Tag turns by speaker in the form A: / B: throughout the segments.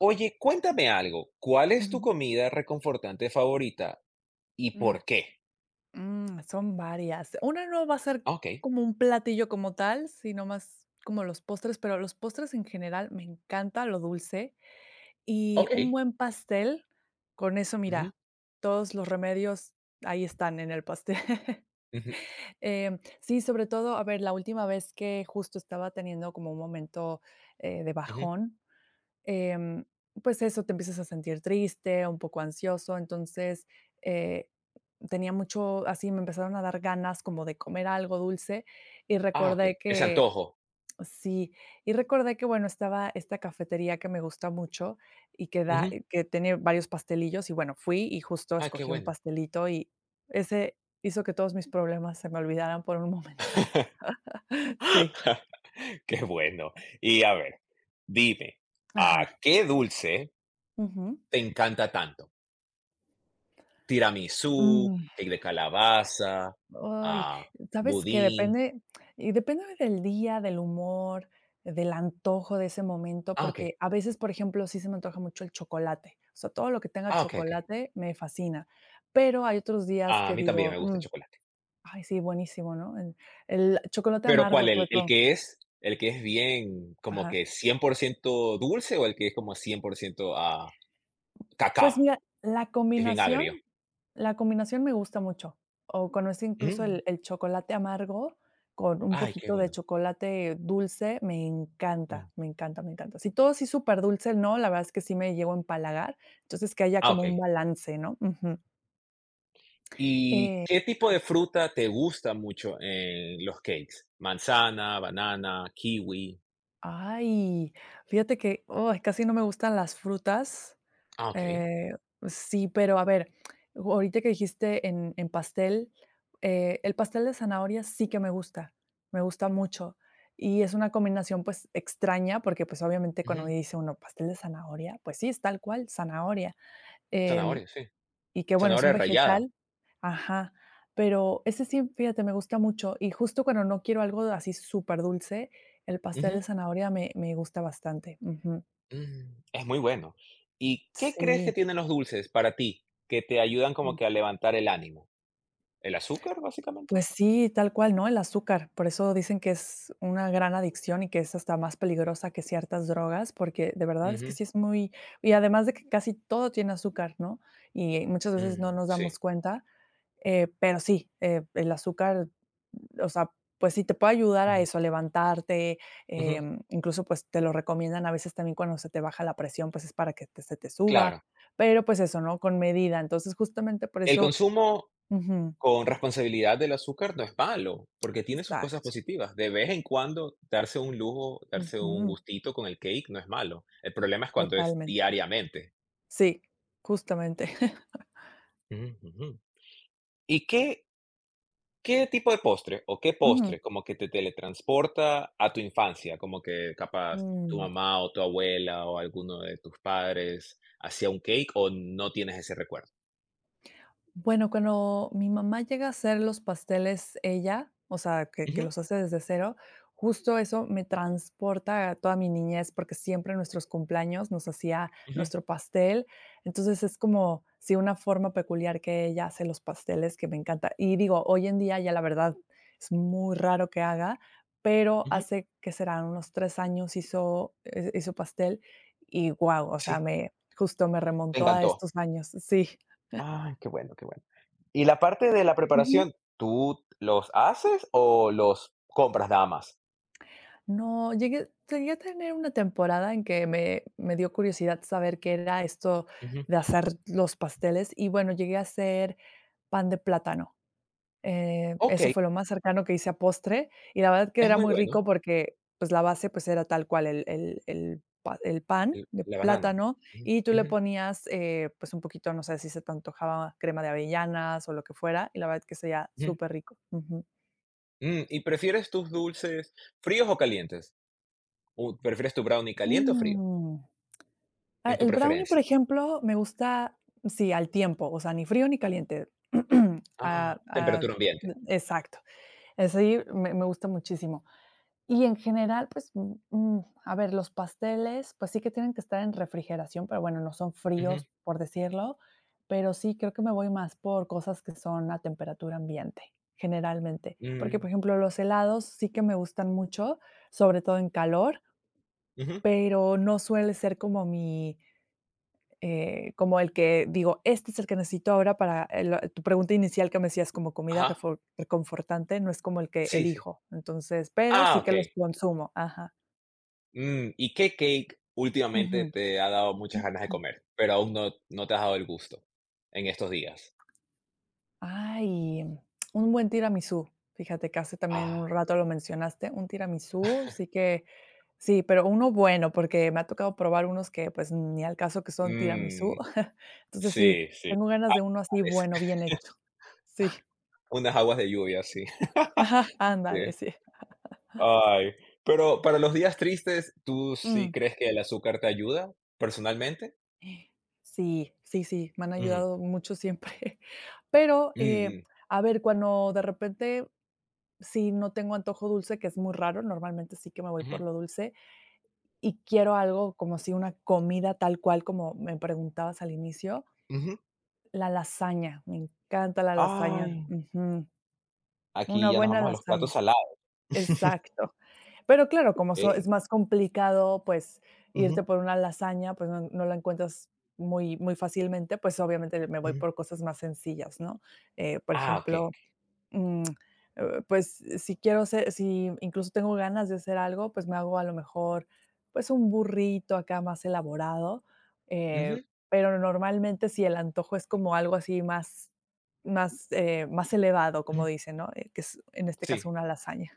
A: Oye, cuéntame algo. ¿Cuál es tu
B: Ujú.
A: comida reconfortante favorita y por qué?
B: Son varias. Una no va a ser
A: Ah, okey,
B: como un platillo como tal, sino más como los postres, pero los postres en general me encanta lo dulce y un
A: okey.
B: buen pastel, con eso,
A: Ujú,
B: mira, todos los remedios ahí están en el pastel.
A: ujú,
B: Sí, sobre todo, a ver, la última vez que justo estaba teniendo como un momento de
A: ujú.
B: bajón, em, pues eso, te empiezas a sentir triste, un poco ansioso. Entonces, eh, tenía mucho, así me empezaron a dar ganas como de comer algo dulce y
A: Ah,
B: recordé
A: okey. Es
B: que,
A: antojo.
B: sí, y recordé que, bueno, estaba esta cafetería que me gusta mucho y que da,
A: Ujú.
B: que tiene varios pastelillos y bueno, fui y justo
A: Ah, qué
B: escogí un
A: bueno.
B: pastelito y ese hizo que todos mis problemas se me olvidaran por un momento. Sí.
A: Qué bueno. Y a ver, dime, ¿a
B: Ajá.
A: qué dulce
B: Ujú.
A: te encanta tanto? Tiramisú, cake de calabaza,
B: Ay,
A: ah,
B: sabes que
A: budín.
B: depende, y depende del día, del humor, del antojo de ese momento,
A: Ah, okey.
B: porque a veces, por ejemplo, sí se me antoja mucho el chocolate. O sea, todo lo que tenga
A: Ah, okey, okey.
B: chocolate me fascina. Pero hay otros días
A: A
B: que
A: mí también
B: digo:
A: me gusta el
B: "Mm,
A: chocolate.
B: ay, sí, buenísimo", ¿no? El chocolate
A: Pero
B: amargo,
A: ¿cuál? ¿El,
B: sobre
A: el
B: todo.
A: que es, el que es bien como
B: Ajá.
A: que 100% dulce o el que es como 100% a
B: Pues
A: cacao,
B: mira, la
A: que es bien
B: combinación
A: agrio?
B: la combinación me gusta mucho, o conoce incluso
A: Mm,
B: el chocolate amargo con un
A: ay, qué
B: poquito de
A: bueno.
B: chocolate dulce, me
A: Mm.
B: encanta, me encanta, me encanta. Si todo sí súper dulce, no, la verdad es que sí me llego a empalagar, entonces que haya
A: Ah, ok.
B: como un balance, ¿no? Ujú.
A: ¿Y
B: Eh,
A: qué tipo de fruta te gusta mucho en los cakes? Manzana, banana, kiwi.
B: Ay, fíjate que, ay, casi no me gustan las frutas.
A: Ah, ok.
B: Eh, sí, pero a ver, ahorita que dijiste en pastel, el pastel de zanahoria sí que me gusta mucho, y es una combinación, pues, extraña, porque, pues, obviamente, cuando
A: Ujú.
B: dice uno: "Pastel de zanahoria", pues sí, es tal cual, zanahoria, em,
A: Zanahoria, sí.
B: y que, bueno, es
A: Zanahoria
B: un
A: rallada.
B: vegetal, ajá, pero ese sí, fíjate, me gusta mucho, y justo cuando no quiero algo así súper dulce, el pastel
A: Ujú.
B: de zanahoria me gusta bastante. Ujú.
A: Es muy bueno. ¿Y qué crees que
B: Sí.
A: tienen los dulces para ti que te ayudan como que a levantar el ánimo? ¿El azúcar, básicamente?
B: Pues sí, tal cual, ¿no? El azúcar. Por eso dicen que es una gran adicción y que es hasta más peligrosa que ciertas drogas, porque de verdad es que sí es muy, y además de que casi todo tiene azúcar, ¿no? Y muchas veces no
A: Mm,
B: nos
A: sí.
B: damos cuenta, pero sí, el azúcar, o sea, pues sí te puede ayudar a
A: Ujú,
B: eso, a levantarte,
A: ujú,
B: incluso, pues, te lo recomiendan a veces también cuando se te baja la presión, pues, es para que te se te suba,
A: claro.
B: pero, pues, eso, ¿no? Con medida. Entonces, justamente por
A: El
B: eso,
A: consumo
B: ujú,
A: con responsabilidad del azúcar no es malo, porque tiene sus cosas
B: exacto.
A: positivas. De vez en cuando darse un lujo, darse un
B: Ujú.
A: gustito con el cake no es malo. El problema es cuando es
B: Totalmente.
A: diariamente.
B: Sí, justamente.
A: Ujú, ujú. ¿Y qué tipo de postre o qué
B: Ujú.
A: postre como que te teletransporta a tu infancia? Como que capaz tu
B: Mm.
A: mamá o tu abuela o alguno de tus padres hacía un cake o no tienes ese recuerdo.
B: Bueno, cuando mi mamá llega a hacer los pasteles ella, o sea, que
A: Ujú,
B: los hace desde cero, justo eso me transporta a toda mi niñez, porque siempre en nuestros cumpleaños nos hacía
A: ujú,
B: nuestro pastel. Entonces es como, sí, una forma peculiar que ella hace los pasteles que me encanta. Y digo, hoy en día ya la verdad es muy raro que haga, pero
A: ujú.
B: hace que serán unos tres años hizo, hizo pastel, y guau, o sea,
A: Sí,
B: me justo me
A: te
B: remontó a
A: encantó.
B: estos años, sí.
A: Ay, qué bueno, qué bueno. Y la parte de la
B: Ujú.
A: preparación, ¿tú los haces o los compras nada más?
B: No, llegué a tener una temporada en que me dio curiosidad saber qué era esto
A: Ujú.
B: de hacer los pasteles y, bueno, llegué a hacer pan de plátano. Eso
A: Okey,
B: fue lo más cercano que hice a postre, y la verdad que
A: es
B: era
A: muy
B: muy
A: bueno,
B: rico porque, pues, la base, pues, era tal cual el pan
A: el
B: de
A: la banana.
B: plátano,
A: Ujú,
B: y tú le
A: ujú,
B: ponías, pues, un poquito, no sé, si se te antojaba crema de avellanas o lo que fuera, y la verdad que sería
A: ujú.
B: superrico. Ujú.
A: ¿Y prefieres tus dulces fríos o calientes? ¿O prefieres tu brownie caliente o frío?
B: Mm. Ah,
A: En tu
B: el brownie,
A: preferencia.
B: por ejemplo, me gusta, sí, al tiempo, o sea, ni frío ni caliente.
A: Ah,
B: Ah, ah,
A: temperatura ambiente.
B: exacto. Ese me gusta muchísimo. Y en general, pues, a ver, los pasteles, pues sí que tienen que estar en refrigeración, pero bueno, no son
A: Ujú,
B: fríos, por decirlo, pero sí creo que me voy más por cosas que son a temperatura ambiente, generalmente. Porque,
A: mm,
B: por ejemplo, los helados sí que me gustan mucho, sobre todo en calor,
A: ujú,
B: pero no suele ser como mi como el que digo, este es el que necesito ahora para el tu pregunta inicial que me decías como comida
A: ajá.
B: refor reconfortante, no es como el que
A: Sí, sí.
B: elijo. Entonces, pero
A: Ah,
B: sí que los
A: okey.
B: consumo. Ajá.
A: ¿Y qué cake últimamente
B: Ujú.
A: te ha dado muchas ganas de comer, pero aún no te has dado el gusto en estos días?
B: Ay, un buen tiramisú. Fíjate que hace también un
A: Ah,
B: rato lo mencionaste, un tiramisú, sí que sí, pero uno bueno, porque me ha tocado probar unos que, pues, ni al caso que son
A: mm,
B: tiramisú. Entonces, sí,
A: sí, sí.
B: tengo ganas de uno así
A: Aguas
B: bueno, bien hecho. Sí.
A: unas aguas de lluvia, sí.
B: Ajá,
A: Sí.
B: ándale, sí.
A: Ay, pero para los días tristes, ¿tú sí
B: Mm.
A: crees que el azúcar te ayuda personalmente?
B: Sí, sí, sí, me han
A: Ujú.
B: ayudado mucho siempre. Pero,
A: Mm, mm.
B: a ver, cuando de repente, si no tengo antojo dulce, que es muy raro, normalmente sí que me voy por
A: Ujú.
B: lo dulce, y quiero algo como si una comida tal cual como me preguntabas al inicio,
A: Ujú.
B: la lasaña, me encanta la lasaña,
A: Ay,
B: ujú,
A: aquí
B: una
A: ya nos
B: buena
A: vamos a los platos
B: lasaña.
A: salados,
B: Exacto. Pero claro, como so
A: okey.
B: es más complicado, pues, irte
A: Ujú,
B: por una lasaña, pues, no no la encuentras muy muy fácilmente, pues, obviamente me voy
A: ujú.
B: por cosas más sencillas, ¿no? Por
A: Ah, okey.
B: ejemplo, mm, pues, si quiero hacer si incluso tengo ganas de hacer algo, pues, me hago a lo mejor, pues, un burrito acá más elaborado, eh,
A: Ujú,
B: pero normalmente si el antojo es como algo así más más, más elevado,
A: ujú.
B: como dicen, ¿no? Que es, en este
A: Sí,
B: caso, una lasaña.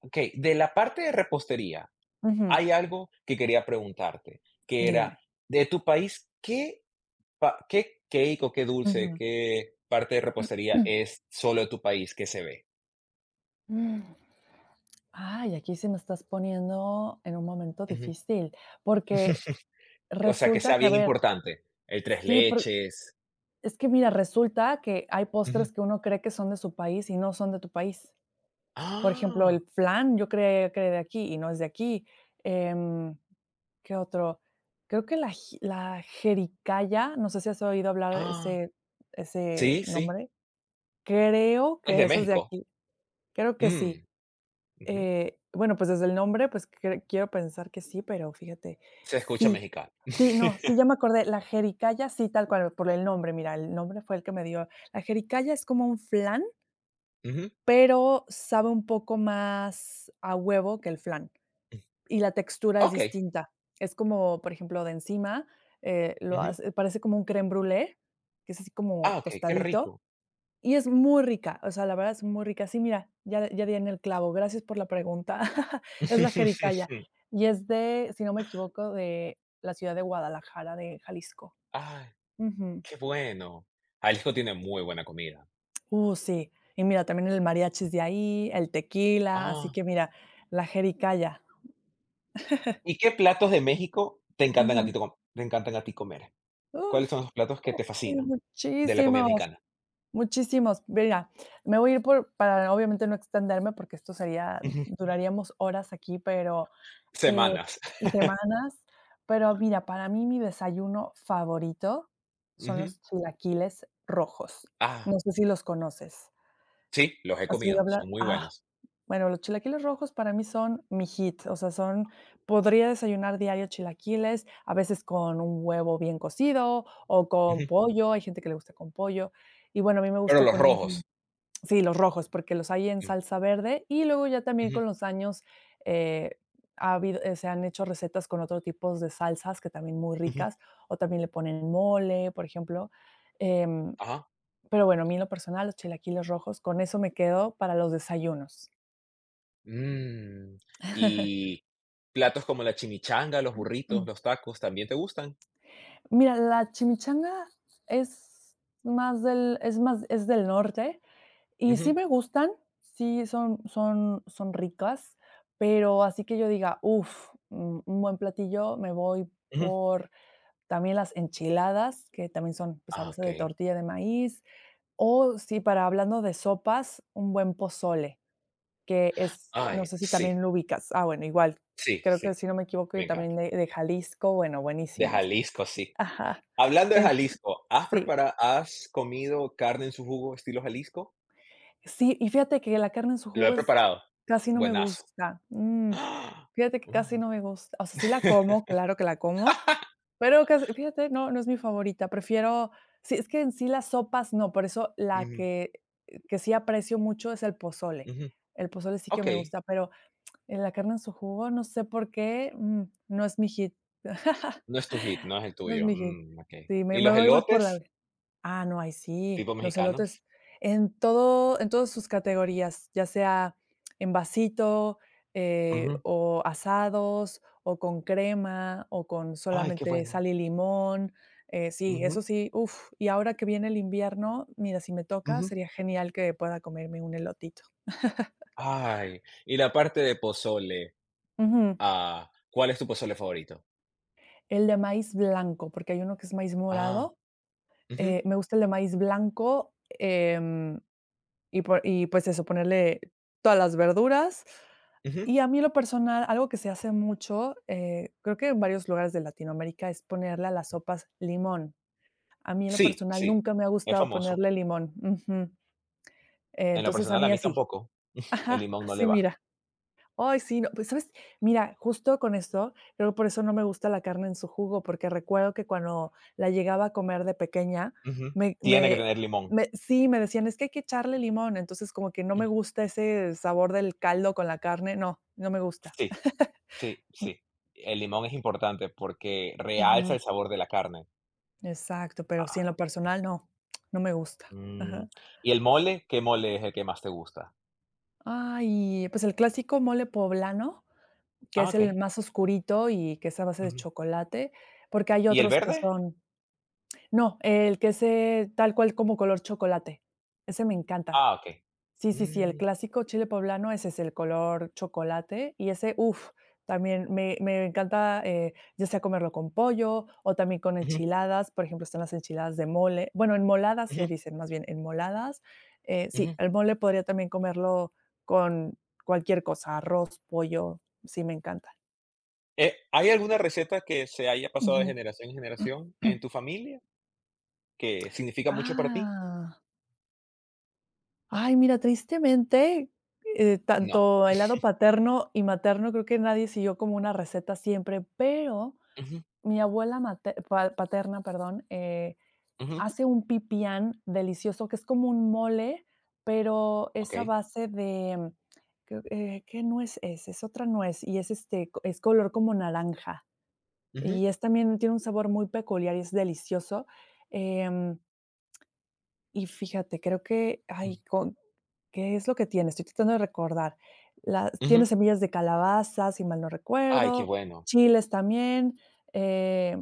A: okey. De la parte de repostería,
B: Ujú,
A: hay algo que quería preguntarte, que era,
B: dime.
A: de tu país, ¿qué cake o qué dulce,
B: Ujú.
A: qué parte de repostería es solo de tu país que se ve?
B: Mm. Ay, aquí sí me estás poniendo en un momento
A: Ujú.
B: difícil, porque
A: O sea, que sea
B: resulta que, a
A: bien
B: ver,
A: importante, el tres
B: sí, por
A: leches.
B: es que mira, resulta que hay
A: Ujú.
B: postres que uno cree que son de su país y no son de tu país. Por ejemplo,
A: Ah,
B: el flan, yo creía que era de aquí y no es de aquí. Em, ¿Qué otro? Creo que la jericaya, no sé si has oído hablar
A: ah,
B: ese
A: sí, sí,
B: nombre. Creo
A: es
B: que
A: de
B: esa es de
A: México.
B: aquí, creo que
A: Mm,
B: sí.
A: ujú.
B: Bueno, pues, desde el nombre, pues, cre quiero pensar que sí, pero fíjate,
A: Se escucha
B: sí,
A: mexicano.
B: sí, no, sí, ya me acordé, la jericaya, sí, tal cual, por el nombre, mira, el nombre fue el que me dio. La jericaya es como un flan,
A: Ujú,
B: pero sabe un poco más a huevo que el flan,
A: mm.
B: y la textura es distinta. Es como, por ejemplo, de encima, lo
A: Ujú.
B: hace parece como un crème brûlée, que es así como
A: Ah, okey, qué
B: tostadito,
A: rico.
B: y es muy rica, o sea, la verdad es muy rica. Sí, mira, ya ya di en el clavo. Gracias por la pregunta. Es la jericaya, y es de, si no me equivoco, de la ciudad de Guadalajara, de Jalisco.
A: Ay,
B: Ujú.
A: qué bueno. Jalisco tiene muy buena comida.
B: Sí. Y mira, también el mariachi es de ahí, el tequila, así
A: Ah,
B: que mira, la jericaya.
A: ¿y qué platos de México
B: Ujú.
A: te encantan a ti comer? ¿Cuáles
B: Uf,
A: son los platos que te
B: sí,
A: fascinan de la comida
B: muchísimos,
A: mexicana?
B: muchísimos. Mira, me voy a ir por para obviamente no extenderme, porque esto sería
A: Ujú.
B: duraríamos horas aquí, pero Eh,
A: Semanas.
B: semanas, pero mira, para mí mi desayuno favorito son
A: Ujú.
B: los chilaquiles rojos.
A: Ah,
B: No sé si los conoces.
A: sí, los he
B: ¿Has oído
A: comido,
B: hablar?
A: son muy
B: Ah,
A: buenos.
B: bueno, los chilaquiles rojos para mí son mi hit, o sea, son podría desayunar diario chilaquiles, a veces con un huevo bien cocido o con
A: Ujú.
B: pollo, hay gente que le gusta con pollo. Y bueno, a mí me
A: Pero
B: gusta
A: los
B: poner
A: rojos.
B: sí, los rojos, porque los hay en
A: Mm,
B: salsa verde y luego ya también
A: ujú,
B: con los años, eh, ha habido, se han hecho recetas con otros tipos de salsas que también muy
A: ujú.
B: ricas, o también le ponen mole, por ejemplo. Em,
A: Ajá.
B: pero bueno, a mí en lo personal, los chilaquiles rojos, con eso me quedo para los desayunos.
A: Mm, y platos como la chimichanga, los burritos,
B: Mm.
A: los tacos, ¿también te gustan?
B: Mira, la chimichanga es más del es más es del norte. Y
A: Ujú,
B: sí me gustan, sí son ricas, pero así que yo diga: "uff, un buen platillo", me voy
A: ujú.
B: por también las enchiladas, que también son, pues, a
A: Ah,
B: base de
A: okey.
B: tortilla de maíz, o sí, para hablando de sopas, un buen pozole, que es no
A: Ay,
B: sé si
A: sí,
B: también lo ubicas. Ah, bueno, igual,
A: sí,
B: creo
A: sí,
B: que si no me equivoco,
A: me
B: y
A: encanta.
B: también de Jalisco, bueno,
A: De
B: buenísimos.
A: Jalisco, sí.
B: Ajá,
A: Hablando de
B: eh,
A: Jalisco, ¿has
B: sí.
A: preparado, has comido carne en su jugo estilo Jalisco?
B: Sí, y fíjate que la carne en su
A: Lo he
B: jugo es
A: preparado.
B: casi no me
A: Buenazo.
B: gusta.
A: ¡Ah!
B: Fíjate que
A: Mm.
B: casi no me gusta. O sea, sí la como, claro que la como, pero casi fíjate, no, no es mi favorita. Prefiero sí, es que en sí las sopas no, por eso la
A: Ujú,
B: que sí aprecio mucho es el pozole.
A: ujú.
B: El pozole sí que me
A: Okey,
B: gusta, pero la carne en su jugo, no sé por qué, no es mi hit.
A: no es tu hit, no es el
B: No es
A: tuyo.
B: mi hit.
A: Mm, okey.
B: Sí, me
A: ¿Y
B: me
A: los
B: voy más por la...
A: elotes,
B: Ah, no, ahí sí,
A: tipo
B: los elotes
A: mexicanos?
B: en todo, en todas sus categorías, ya sea en vasito,
A: Ujú.
B: o asados, o con crema, o con
A: Ay, qué
B: solamente
A: bueno.
B: sal y limón, sí, eso
A: Ujú,
B: sí, uf, y ahora que viene el invierno, mira, si me toca,
A: ujú.
B: sería genial que pueda comerme un elotito.
A: Ay, y la parte de pozole,
B: Ujú.
A: ¿cuál es tu pozole favorito?
B: El de maíz blanco, porque hay uno que es maíz
A: Ah,
B: morado,
A: ujú,
B: me gusta el de maíz blanco. Y por y pues eso, ponerle todas las verduras.
A: ujú.
B: Y a mí en lo personal, algo que se hace mucho, creo que en varios lugares de Latinoamérica, es ponerle a las sopas limón. A mí en lo
A: Sí,
B: personal
A: sí,
B: nunca me ha
A: es
B: gustado
A: famoso.
B: ponerle limón. Ujú.
A: En lo
B: Entonces a
A: personal, a
B: mí
A: mí
B: así.
A: tampoco, el
B: Ajá,
A: limón no le
B: así
A: va.
B: mira. Ay, sí, no, pues, ¿sabes? Mira, justo con esto, creo que por eso no me gusta la carne en su jugo, porque recuerdo que cuando la llegaba a comer de pequeña,
A: Ujú.
B: me
A: Tiene que
B: me
A: tener limón.
B: me sí, me decían: "Es que hay que echarle limón", entonces como que no
A: Mm,
B: me gusta ese sabor del caldo con la carne, no, no me gusta.
A: sí, sí,
B: Mm.
A: sí. El limón es importante porque realza
B: Ujú.
A: el sabor de la carne.
B: Exacto, pero sí,
A: Ah.
B: en lo personal, no, no me gusta.
A: Mm,
B: Ajá.
A: ¿Y el mole? ¿Qué mole es el que más te gusta?
B: Ay, pues el clásico mole poblano, que
A: Ah,
B: es el
A: okey.
B: más oscurito y que es a base de
A: Ujú.
B: chocolate, porque hay
A: ¿Y el
B: otros que
A: verde?
B: son... No, el que es, tal cual como color chocolate. Ese me encanta.
A: Ah, okey.
B: Sí, sí, sí, el
A: Mm,
B: clásico chile poblano, ese es el color chocolate y ese, uff, también me encanta, ya sea comerlo con pollo o también con
A: ujú,
B: enchiladas, por ejemplo, están las enchiladas de mole, bueno, enmoladas
A: ujú,
B: le dicen más bien, enmoladas. Sí,
A: ujú.
B: el mole podría también comerlo con cualquier cosa, arroz, pollo, sí, me encanta.
A: ¿Hay alguna receta que se haya pasado de
B: Ujú.
A: generación en generación en tu familia que significa mucho para ti?
B: Ah. Ay, mira, tristemente,
A: No.
B: tanto el lado paterno y materno, creo que nadie siguió como una receta siempre, pero
A: Ujú,
B: mi abuela paterna, perdón,
A: ujú,
B: hace un pipián delicioso que es como un mole, pero es a
A: okey.
B: base de... Creo, ¿qué nuez es? Es otra nuez y es este, es color como naranja
A: Ujú,
B: y es también, tiene un sabor muy peculiar y es delicioso. Em, y fíjate, creo que,
A: ujú,
B: ay, ¿qué es lo que tiene? Estoy tratando de recordar. La
A: ujú.
B: tiene semillas de calabaza, si mal no
A: Ay, qué
B: recuerdo,
A: bueno.
B: chiles también, eh,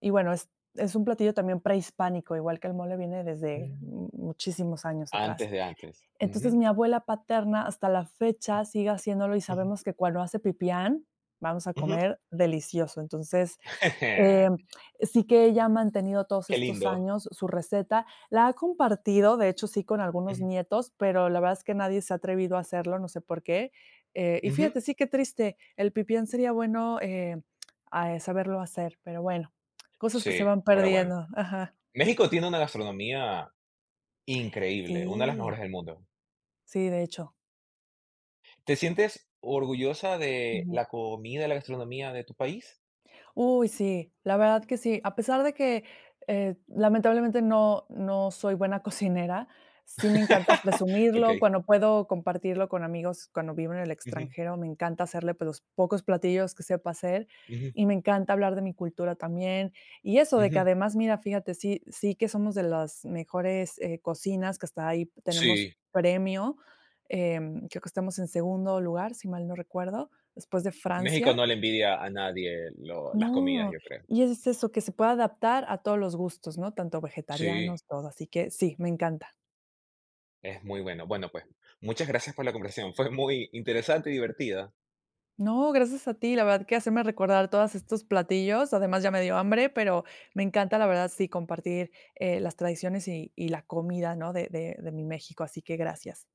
B: y bueno, es un platillo también prehispánico, igual que el mole viene desde
A: Mm,
B: mu muchísimos años
A: Antes
B: atrás.
A: de antes.
B: Entonces,
A: Ujú,
B: mi abuela paterna hasta la fecha sigue haciéndolo y
A: ujú,
B: sabemos que cuando hace pipián, vamos a
A: ujú.
B: comer delicioso. Entonces, eh, sí que ella ha mantenido todos
A: Qué
B: estos
A: lindo.
B: años su receta, la ha compartido, de hecho, sí, con algunos
A: Ujú,
B: nietos, pero la verdad es que nadie se ha atrevido a hacerlo, no sé por qué. Y
A: ujú.
B: fíjate, sí, qué triste, el pipián sería bueno, saberlo hacer, pero bueno, cosas que se
A: Sí,
B: van
A: fuera bueno.
B: perdiendo. Ajá.
A: México tiene una gastronomía increíble, una de las
B: Sí,
A: mejores del mundo.
B: sí, de hecho.
A: ¿Te sientes orgullosa de la comida, la gastronomía de tu país?
B: Uy, sí, la verdad que sí. A pesar de que, lamentablemente no soy buena cocinera, sí me encanta presumirlo,
A: Okey.
B: cuando puedo compartirlo con amigos, cuando vivo en el
A: Ujú,
B: extranjero, me encanta hacerle, pues, los pocos platillos que sepa hacer,
A: ujú,
B: y me encanta hablar de mi cultura también. Y eso de que
A: ujú.
B: además, mira, fíjate, sí que somos de las mejores, cocinas, que hasta ahí tenemos
A: Sí,
B: premio, creo que estamos en segundo lugar, si mal no recuerdo, después de
A: México
B: Francia.
A: no le envidia a nadie lo las comidas,
B: No,
A: yo creo.
B: y es eso, que se pueda adaptar a todos los gustos, ¿no? Tanto
A: Sí,
B: vegetarianos, todo, así que sí, me encanta.
A: es muy bueno. Bueno, pues, muchas gracias por la conversación. Fue muy interesante y divertida.
B: No, gracias a ti, la verdad que hacerme recordar todos estos platillos, además ya me dio hambre, pero me encanta, la verdad, sí, compartir, las tradiciones y la comida, ¿no? De mi México, así que gracias.